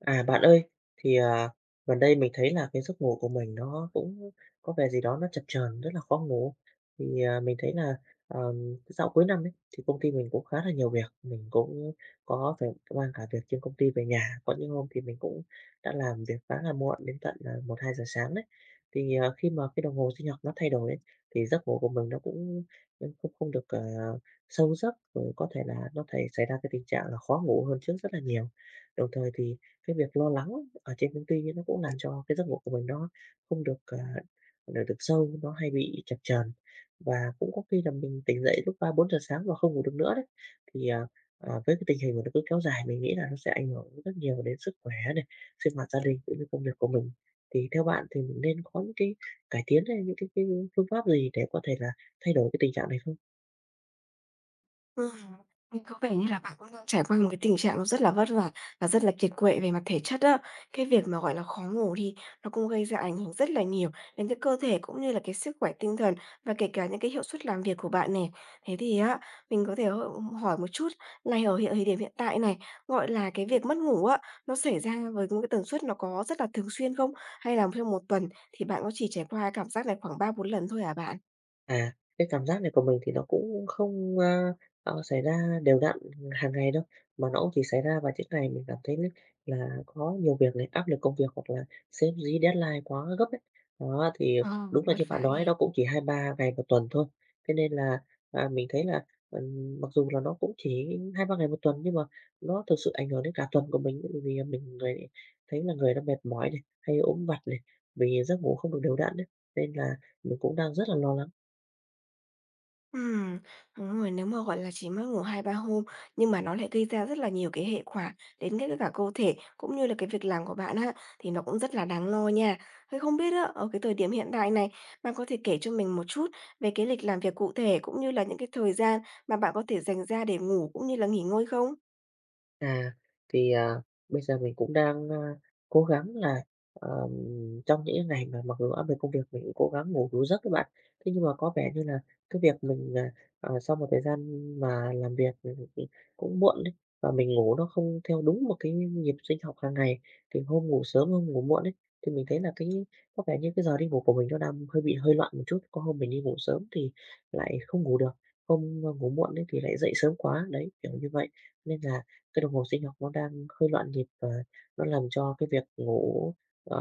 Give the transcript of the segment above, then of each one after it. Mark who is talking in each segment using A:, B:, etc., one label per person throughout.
A: À, bạn ơi, thì, à, gần đây mình thấy là cái giấc ngủ của mình nó cũng có vẻ gì đó nó chập chờn, rất là khó ngủ. Mình thấy là, dạo cuối năm ấy, thì công ty mình cũng khá là nhiều việc, mình cũng có phải mang cả việc trên công ty về nhà. Có những hôm thì mình cũng đã làm việc khá là muộn đến tận, là một hai giờ sáng đấy. Khi mà cái đồng hồ sinh học nó thay đổi ấy, thì giấc ngủ của mình nó cũng, không không được, sâu giấc, rồi có thể là nó thể xảy ra cái tình trạng là khó ngủ hơn trước rất là nhiều. Đồng thời thì cái việc lo lắng ở trên công ty nó cũng làm cho cái giấc ngủ của mình nó không được, được sâu, nó hay bị chập chờn. Và cũng có khi là mình tỉnh dậy lúc ba bốn giờ sáng và không ngủ được nữa đấy. Thì, à, với cái tình hình mà nó cứ kéo dài mình nghĩ là nó sẽ ảnh hưởng rất nhiều đến sức khỏe này, sinh hoạt gia đình cũng như công việc của mình. Thì theo bạn thì mình nên có những cái cải tiến hay những cái phương pháp gì để có thể là thay đổi cái tình trạng này không?
B: Ừm, nghe có vẻ như là bạn cũng đang trải qua một cái tình trạng nó rất là vất vả và rất là kiệt quệ về mặt thể chất á. Cái việc mà, gọi là, khó ngủ thì nó cũng gây ra ảnh hưởng rất là nhiều đến cái cơ thể cũng như là cái sức khỏe tinh thần và kể cả những cái hiệu suất làm việc của bạn này. Thế thì á, mình có thể hỏi một chút là ở hiện thời điểm hiện tại này, gọi là, cái việc mất ngủ á, nó xảy ra với một cái tần suất nó có rất là thường xuyên không? Hay là trong một tuần thì bạn có chỉ trải qua cảm giác này khoảng ba bốn lần thôi à bạn?
A: À, cái cảm giác này của mình thì nó cũng không, xảy ra đều đặn hàng ngày đâu, mà nó cũng chỉ xảy ra vào những ngày mình cảm thấy là có nhiều việc này, áp lực công việc hoặc là sếp dí deadline quá gấp ấy. Đó, thì
B: Ờ,
A: đúng là
B: vất
A: như bạn
B: vả
A: nói
B: ghê.
A: nó cũng chỉ hai ba ngày một tuần thôi, thế nên là, mình thấy là, mặc dù là nó cũng chỉ hai ba ngày một tuần nhưng mà nó thực sự ảnh hưởng đến cả tuần của mình bởi vì mình thấy là người nó mệt mỏi này, hay ốm vặt này, vì giấc ngủ không được đều đặn ấy, nên là mình cũng đang rất là lo lắng.
B: Ừm, đúng rồi, nếu mà, gọi là, chỉ mất ngủ hai ba hôm, nhưng mà nó lại gây ra rất là nhiều cái hệ quả đến cái cả cơ thể, cũng như là cái việc làm của bạn á, thì nó cũng rất là đáng lo nha. Thế không biết á, ở cái thời điểm hiện tại này, bạn có thể kể cho mình một chút về cái lịch làm việc cụ thể, cũng như là những cái thời gian mà bạn có thể dành ra để ngủ cũng như là nghỉ ngơi không?
A: À, thì, à, bây giờ mình cũng đang, cố gắng là, ờm, trong những cái ngày mà mặc dù áp lực công việc mình cũng cố gắng ngủ đủ giấc các bạn. Thế nhưng mà có vẻ như là cái việc mình, sau một thời gian mà làm việc, cũng muộn đấy và mình ngủ nó không theo đúng một cái nhịp sinh học hàng ngày, thì hôm ngủ sớm, hôm ngủ muộn ấy, thì mình thấy là cái có vẻ như cái giờ đi ngủ của mình nó đang hơi bị loạn một chút. Có hôm mình đi ngủ sớm thì lại không ngủ được, hôm, ngủ muộn ấy thì lại dậy sớm quá, đấy, kiểu như vậy. Nên là cái đồng hồ sinh học nó đang hơi loạn nhịp và nó làm cho cái việc ngủ, ờ,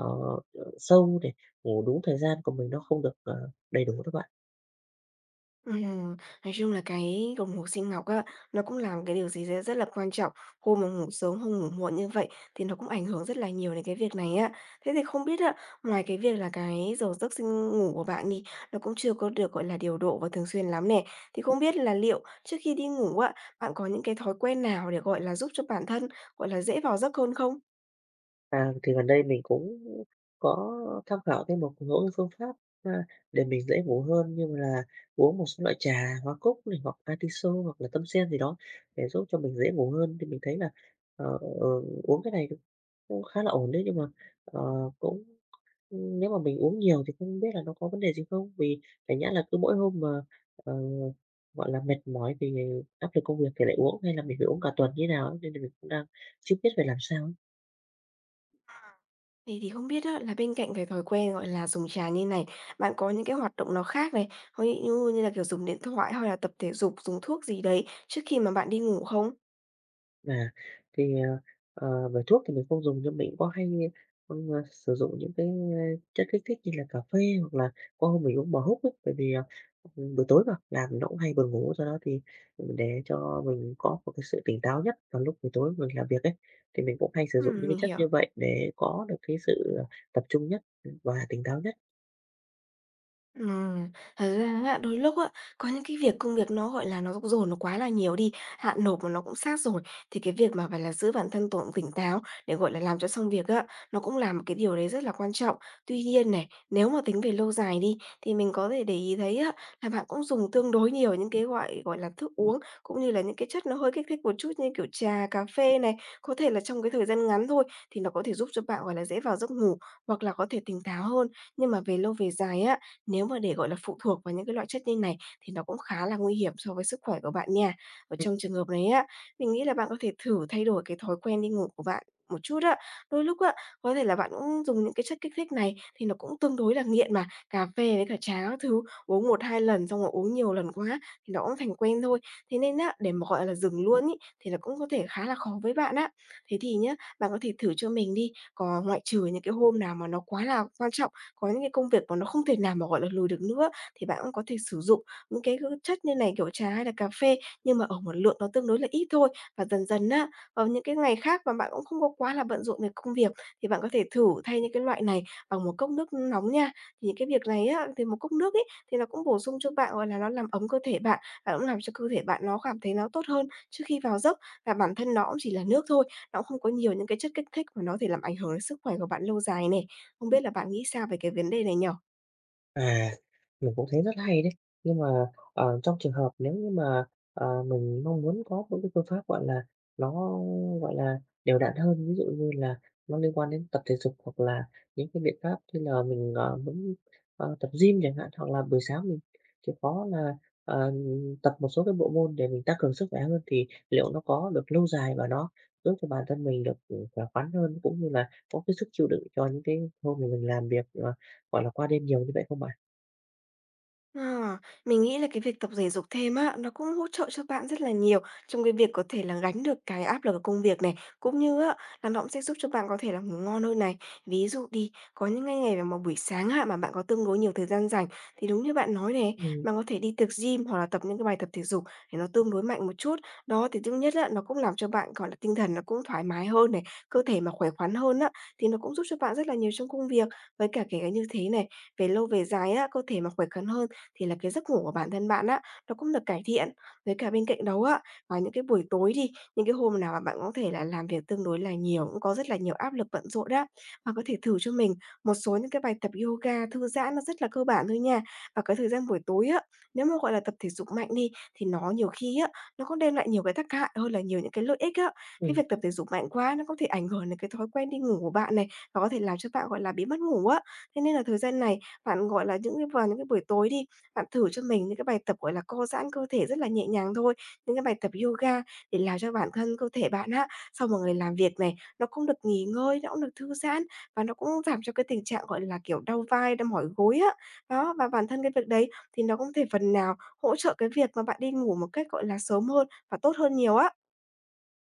A: sâu để ngủ đúng thời gian của mình nó không được, đầy đủ đó bạn.
B: Ừm, nói chung là cái đồng hồ sinh học á, nó cũng làm cái điều gì đấy rất là quan trọng. Hôm mà ngủ sớm, hôm ngủ muộn như vậy thì nó cũng ảnh hưởng rất là nhiều đến cái việc này á. Thế thì không biết á, ngoài cái việc là cái giờ giấc sinh ngủ của bạn đi, nó cũng chưa có được, gọi là, điều độ và thường xuyên lắm nè, thì không biết là liệu trước khi đi ngủ á, bạn có những cái thói quen nào để, gọi là, giúp cho bản thân, gọi là, dễ vào giấc hơn không?
A: À, thì gần đây mình cũng có tham khảo thêm một số cái phương pháp, a, để mình dễ ngủ hơn như là uống một số loại trà hoa cúc này, hoặc atiso hoặc là tâm sen gì đó để giúp cho mình dễ ngủ hơn. Thì mình thấy là, ờ, ờ, uống cái này cũng khá là ổn đấy, nhưng mà, cũng nếu mà mình uống nhiều thì không biết là nó có vấn đề gì không? Vì phải nhã là cứ mỗi hôm mà, ờ, gọi là, mệt mỏi vì áp lực công việc thì lại uống, hay là mình phải uống cả tuần như thế nào ấy, nên là mình cũng đang chưa biết phải làm sao ấy.
B: Thế thì không biết á, là bên cạnh cái thói quen, gọi là, dùng trà như này, bạn có những cái hoạt động nào khác này, ví dụ như là, kiểu, dùng điện thoại hay là tập thể dục, dùng thuốc gì đấy trước khi mà bạn đi ngủ không?
A: À, thì, ờ, về thuốc thì mình không dùng nhưng mình cũng có hay, sử dụng những cái, chất kích thích như là cà phê hoặc là có hôm mình uống bò húc ấy, bởi vì, ừ, buổi tối mà, làm nó cũng hay buồn ngủ, do đó thì để cho mình có một cái sự tỉnh táo nhất vào lúc buổi tối mình làm việc ấy, thì mình cũng hay sử dụng những cái
B: Mình
A: chất
B: hiểu.
A: như vậy để có được cái sự, tập trung nhất, và tỉnh táo nhất.
B: Ừm, thật ra á, đôi lúc á, có những cái việc công việc nó, gọi là, nó dồn nó quá là nhiều đi, hạn nộp mà nó cũng sát rồi, thì cái việc mà phải là giữ bản thân tổng tỉnh táo để, gọi là, làm cho xong việc á, nó cũng là một cái điều đấy rất là quan trọng. Tuy nhiên này, nếu mà tính về lâu dài đi, thì mình có thể để ý thấy á, là bạn cũng dùng tương đối nhiều những cái, gọi gọi là, thức uống, cũng như là những cái chất nó hơi kích thích một chút như kiểu trà, cà phê này. Có thể là trong cái thời gian ngắn thôi thì nó có thể giúp cho bạn, gọi là, dễ vào giấc ngủ hoặc là có thể tỉnh táo hơn, nhưng mà về lâu về dài á, nếu mà để, gọi là, phụ thuộc vào những cái loại chất như này thì nó cũng khá là nguy hiểm so với sức khỏe của bạn nha. Ở trong trường hợp này á, mình nghĩ là bạn có thể thử thay đổi cái thói quen đi ngủ của bạn một chút á. Đôi lúc á, có thể là bạn cũng dùng những cái chất kích thích này thì nó cũng tương đối là nghiện mà, cà phê với cả trà các thứ, uống một 2 lần xong rồi uống nhiều lần quá thì nó cũng thành quen thôi. Thế nên á, để mà, gọi là, dừng luôn ấy, thì là cũng có thể khá là khó với bạn á. Thế thì nhá, bạn có thể thử cho mình đi, còn ngoại trừ những cái hôm nào mà nó quá là quan trọng có những cái công việc mà nó không thể nào mà, gọi là, lùi được nữa, thì bạn cũng có thể sử dụng những cái, chất như này, kiểu trà hay là cà phê, nhưng mà ở một lượng nó tương đối là ít thôi. Và dần dần á, vào những cái ngày khác mà bạn cũng không có quá là bận rộn về công việc, thì bạn có thể thử thay những cái loại này bằng một cốc nước nóng nha. Thì những cái việc này á, thì một cốc nước ấy, thì nó cũng bổ sung cho bạn, gọi là, nó làm ấm cơ thể bạn, và cũng làm cho cơ thể bạn nó cảm thấy nó tốt hơn trước khi vào giấc. Và bản thân nó cũng chỉ là nước thôi, nó cũng không có nhiều những cái chất kích thích mà nó có thể làm ảnh hưởng đến sức khỏe của bạn lâu dài nè. Không biết là bạn nghĩ sao về cái vấn đề này nhỉ?
A: À, mình cũng thấy rất hay đấy. Nhưng mà, trong trường hợp nếu như mà, mình mong muốn có một cái phương pháp, gọi là, nó, gọi là, đều đặn hơn, ví dụ như là nó liên quan đến tập thể dục hoặc là những cái biện pháp như là mình, muốn, tập gym chẳng hạn, hoặc là buổi sáng mình chịu khó là, ờ, tập một số cái bộ môn để mình tăng cường sức khỏe hơn thì liệu nó có được lâu dài và nó giúp cho bản thân mình được, khỏe khoắn hơn, cũng như là có cái sức chịu đựng cho những cái hôm mà mình làm việc, gọi là, qua đêm nhiều như vậy không bạn?
B: À, mình nghĩ là cái việc tập thể dục thêm á, nó cũng hỗ trợ cho bạn rất là nhiều trong cái việc có thể là gánh được cái áp lực của công việc này, cũng như á, là nó cũng sẽ giúp cho bạn có thể là ngủ ngon hơn này. Ví dụ đi, có những cái ngày mà buổi sáng á, mà bạn có tương đối nhiều thời gian rảnh, thì đúng như bạn nói này,
A: Ừm,
B: bạn có thể đi tập gym hoặc là tập những cái bài tập thể dục để nó tương đối mạnh một chút. Đó, thì thứ nhất á, nó cũng làm cho bạn, gọi là, tinh thần nó cũng thoải mái hơn này, cơ thể mà khỏe khoắn hơn á, thì nó cũng giúp cho bạn rất là nhiều trong công việc. Với cả kể cả như thế này, về lâu về dài á, cơ thể mà khỏe khoắn hơn thì là cái giấc ngủ của bản thân bạn á, nó cũng được cải thiện. Với cả bên cạnh đó á, vào những cái buổi tối đi, những cái hôm nào mà bạn có thể là làm việc tương đối là nhiều, cũng có rất là nhiều áp lực bận rộn á, bạn có thể thử cho mình một số những cái bài tập yoga thư giãn nó rất là cơ bản thôi nha. Và cái thời gian buổi tối á, nếu mà, gọi là, tập thể dục mạnh đi, thì nó nhiều khi á, nó cũng đem lại nhiều cái tác hại hơn là nhiều những cái lợi ích á. Cái
A: ừm.
B: việc tập thể dục mạnh quá nó có thể ảnh hưởng đến cái thói quen đi ngủ của bạn này, và có thể làm cho bạn, gọi là, bị mất ngủ á. Thế nên là thời gian này bạn, gọi là, những cái vào những cái buổi tối đi, bạn thử cho mình những cái bài tập, gọi là, co giãn cơ thể rất là nhẹ nhàng thôi, những cái bài tập yoga để làm cho bản thân cơ thể bạn á, sau một ngày làm việc này, nó cũng được nghỉ ngơi, nó cũng được thư giãn và nó cũng giảm cho cái tình trạng, gọi là, kiểu, đau vai, đau mỏi gối á. Đó, và bản thân cái việc đấy thì nó cũng thể phần nào hỗ trợ cái việc mà bạn đi ngủ một cách, gọi là, sớm hơn và tốt hơn nhiều á.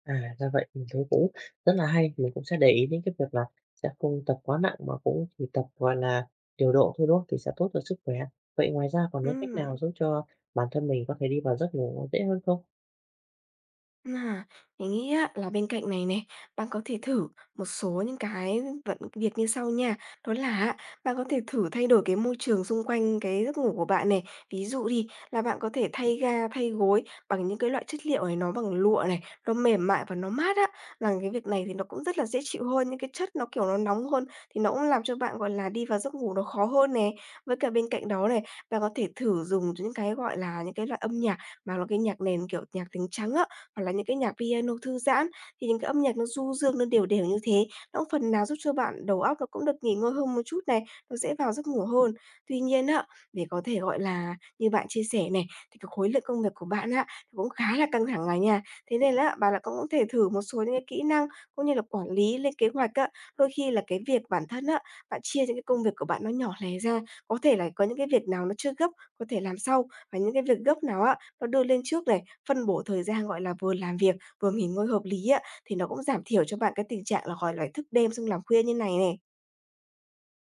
A: À, ra vậy, mình thấy cũng rất là hay, mình cũng sẽ để ý đến cái việc là sẽ không tập quá nặng mà cũng chỉ tập, gọi là, điều độ thôi, đúng không? Thì sẽ tốt cho sức khỏe. Vậy ngoài ra còn cái cách nào
B: Ừm.
A: giúp cho bản thân mình có thể đi vào giấc ngủ dễ hơn không?
B: À, mình nghĩ á, là bên cạnh này này, bạn có thể thử một số những cái vận việc như sau nha. Đó là á, bạn có thể thử thay đổi cái môi trường xung quanh cái giấc ngủ của bạn này. Ví dụ đi là bạn có thể thay ga, thay gối bằng những cái loại chất liệu này nó bằng lụa này, nó mềm mại và nó mát á. Làm cái việc này thì nó cũng rất là dễ chịu hơn, những cái chất nó kiểu nó nóng hơn thì nó cũng làm cho bạn, gọi là, đi vào giấc ngủ nó khó hơn nè. Với cả bên cạnh đó này, bạn có thể thử dùng những cái, gọi là, những cái loại âm nhạc mà nó cái nhạc nền kiểu nhạc tiếng trắng á, hoặc là những cái nhạc piano thư giãn, thì những cái âm nhạc nó du dương, nó đều đều như thế, nó cũng phần nào giúp cho bạn đầu óc nó cũng được nghỉ ngơi hơn một chút này, nó dễ vào giấc ngủ hơn. Tuy nhiên á, để có thể, gọi là, như bạn chia sẻ này, thì cái khối lượng công việc của bạn á, nó cũng khá là căng thẳng à nha. Thế nên là bạn là cũng có thể thử một số những cái kỹ năng cũng như là quản lý lên kế hoạch á. Đôi khi là cái việc bản thân á, bạn chia những cái công việc của bạn nó nhỏ lẻ ra, có thể là có những cái việc nào nó chưa gấp, có thể làm sau, và những cái việc gấp nào á, nó đưa lên trước này, phân bổ thời gian, gọi là, vừa làm việc, vừa nghỉ ngơi hợp lý á, thì nó cũng giảm thiểu cho bạn cái tình trạng là, gọi là, thức đêm xong làm khuya như này này.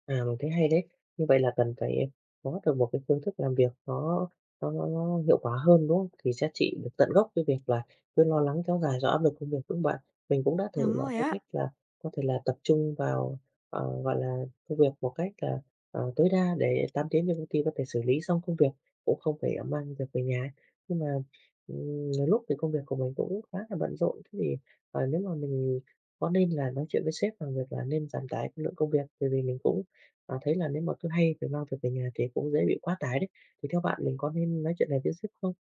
A: À, mình thấy hay đấy. Như vậy là cần phải có được một cái phương thức làm việc nó hiệu quả hơn, đúng không? Thì sẽ trị được tận gốc cái việc là cứ lo lắng kéo dài do áp lực công việc, đúng không bạn? Mình cũng đã thử
B: Đúng
A: là
B: rồi
A: theo
B: á.
A: cách là có thể là tập trung vào, gọi là, công việc một cách là, tối đa để 8 tiếng trên công ty có thể xử lý xong công việc, cũng không phải, mang việc về nhà. Nhưng mà, nhiều lúc thì công việc của mình cũng khá là bận rộn, thế thì, nếu mà mình có nên là nói chuyện với sếp bằng việc là nên giảm tải cái lượng công việc, bởi vì mình cũng thấy là nếu mà cứ hay phải mang việc về nhà thì cũng dễ bị quá tải đấy. Thì theo bạn mình có nên nói chuyện này với sếp không?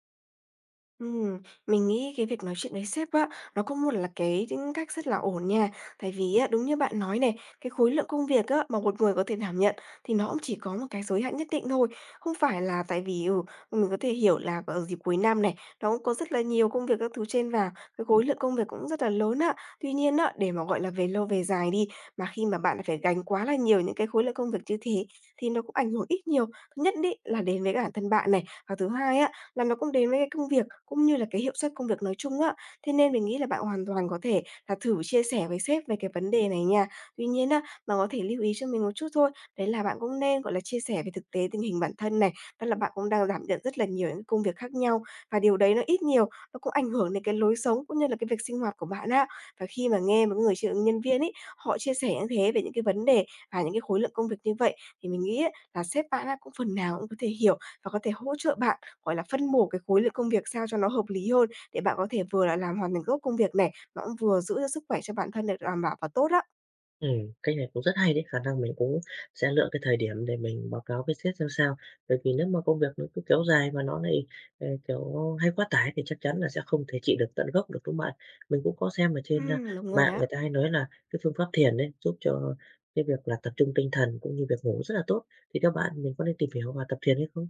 B: Ừm, mình nghĩ cái việc nói chuyện với sếp á, nó cũng một là cái tính cách rất là ổn nha. Tại vì á, đúng như bạn nói này, cái khối lượng công việc á, mà một người có thể đảm nhận thì nó cũng chỉ có một cái giới hạn nhất định thôi. Không phải là tại vì, ừ, mình có thể hiểu là vào dịp cuối năm này, nó cũng có rất là nhiều công việc các thứ trên vào, cái khối lượng công việc cũng rất là lớn á. Tuy nhiên á, để mà, gọi là, về lâu về dài đi, mà khi mà bạn phải gánh quá là nhiều những cái khối lượng công việc như thế thì nó cũng ảnh hưởng ít nhiều. Thứ nhất đi là đến với cả bản thân bạn này, và thứ hai á, là nó cũng đến với cái công việc cũng như là cái hiệu suất công việc nói chung á. Thế nên mình nghĩ là bạn hoàn toàn có thể là thử chia sẻ với sếp về cái vấn đề này nha. Tuy nhiên á, bạn có thể lưu ý cho mình một chút thôi, đấy là bạn cũng nên, gọi là, chia sẻ về thực tế tình hình bản thân này, tức là bạn cũng đang đảm nhận rất là nhiều những công việc khác nhau và điều đấy nó ít nhiều nó cũng ảnh hưởng đến cái lối sống cũng như là cái việc sinh hoạt của bạn á. Và khi mà nghe một người ch nhân viên ấy, họ chia sẻ như thế về những cái vấn đề và những cái khối lượng công việc như vậy thì mình nghĩ ấy là sếp bạn á cũng phần nào cũng có thể hiểu và có thể hỗ trợ bạn. Gọi là, phân bổ cái khối lượng công việc sao cho nó hợp lý hơn để bạn có thể vừa là làm hoàn thành gốc công việc này, mà cũng vừa giữ cho sức khỏe cho bản thân được đảm bảo và tốt á.
A: Cái này cũng rất hay đấy, khả năng mình cũng sẽ lựa cái thời điểm để mình báo cáo với sếp xem sao. Bởi vì nếu mà công việc nó cứ kéo dài mà nó lại, kiểu, hay quá tải thì chắc chắn là sẽ không thể trị được tận gốc được, đúng không bạn? Mình cũng có xem ở trên,
B: Đúng rồi
A: mạng
B: á.
A: người ta hay nói là cái phương pháp thiền đấy giúp cho cái việc là tập trung tinh thần cũng như việc ngủ rất là tốt. Thì các bạn mình có nên tìm hiểu và tập thiền hay không?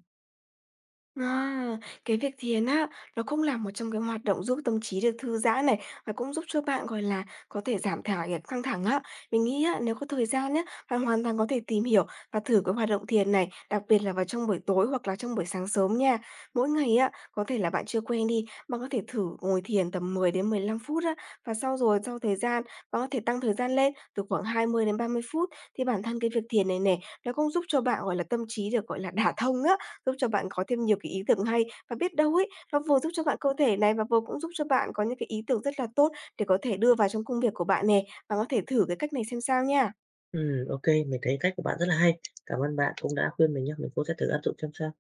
B: À, cái việc thiền á, nó cũng là một trong cái hoạt động giúp tâm trí được thư giãn này, và cũng giúp cho bạn, gọi là, có thể giảm thả cái căng thẳng á. Mình nghĩ á, nếu có thời gian nhé bạn hoàn toàn có thể tìm hiểu và thử cái hoạt động thiền này, đặc biệt là vào trong buổi tối hoặc là trong buổi sáng sớm nha. Mỗi ngày á, có thể là bạn chưa quen đi, bạn có thể thử ngồi thiền tầm 10 đến 15 phút á, và sau rồi sau thời gian, bạn có thể tăng thời gian lên từ khoảng 20 đến 30 phút. Thì bản thân cái việc thiền này nè, nó cũng giúp cho bạn, gọi là, tâm trí được, gọi là, đả thông á, giúp cho bạn có thêm nhiều cái ý tưởng hay và biết đâu ấy, nó vừa giúp cho bạn cơ thể này và vừa cũng giúp cho bạn có những cái ý tưởng rất là tốt để có thể đưa vào trong công việc của bạn nè. Bạn có thể thử cái cách này xem sao nha.
A: Ừ, OK. Mình thấy cách của bạn rất là hay. Cảm ơn bạn cũng đã khuyên mình nhá, mình cũng sẽ thử áp dụng xem sao.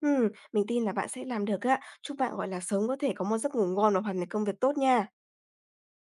B: Ừm, mình tin là bạn sẽ làm được á. Chúc bạn, gọi là, sớm có thể có một giấc ngủ ngon và hoàn thành công việc tốt nha.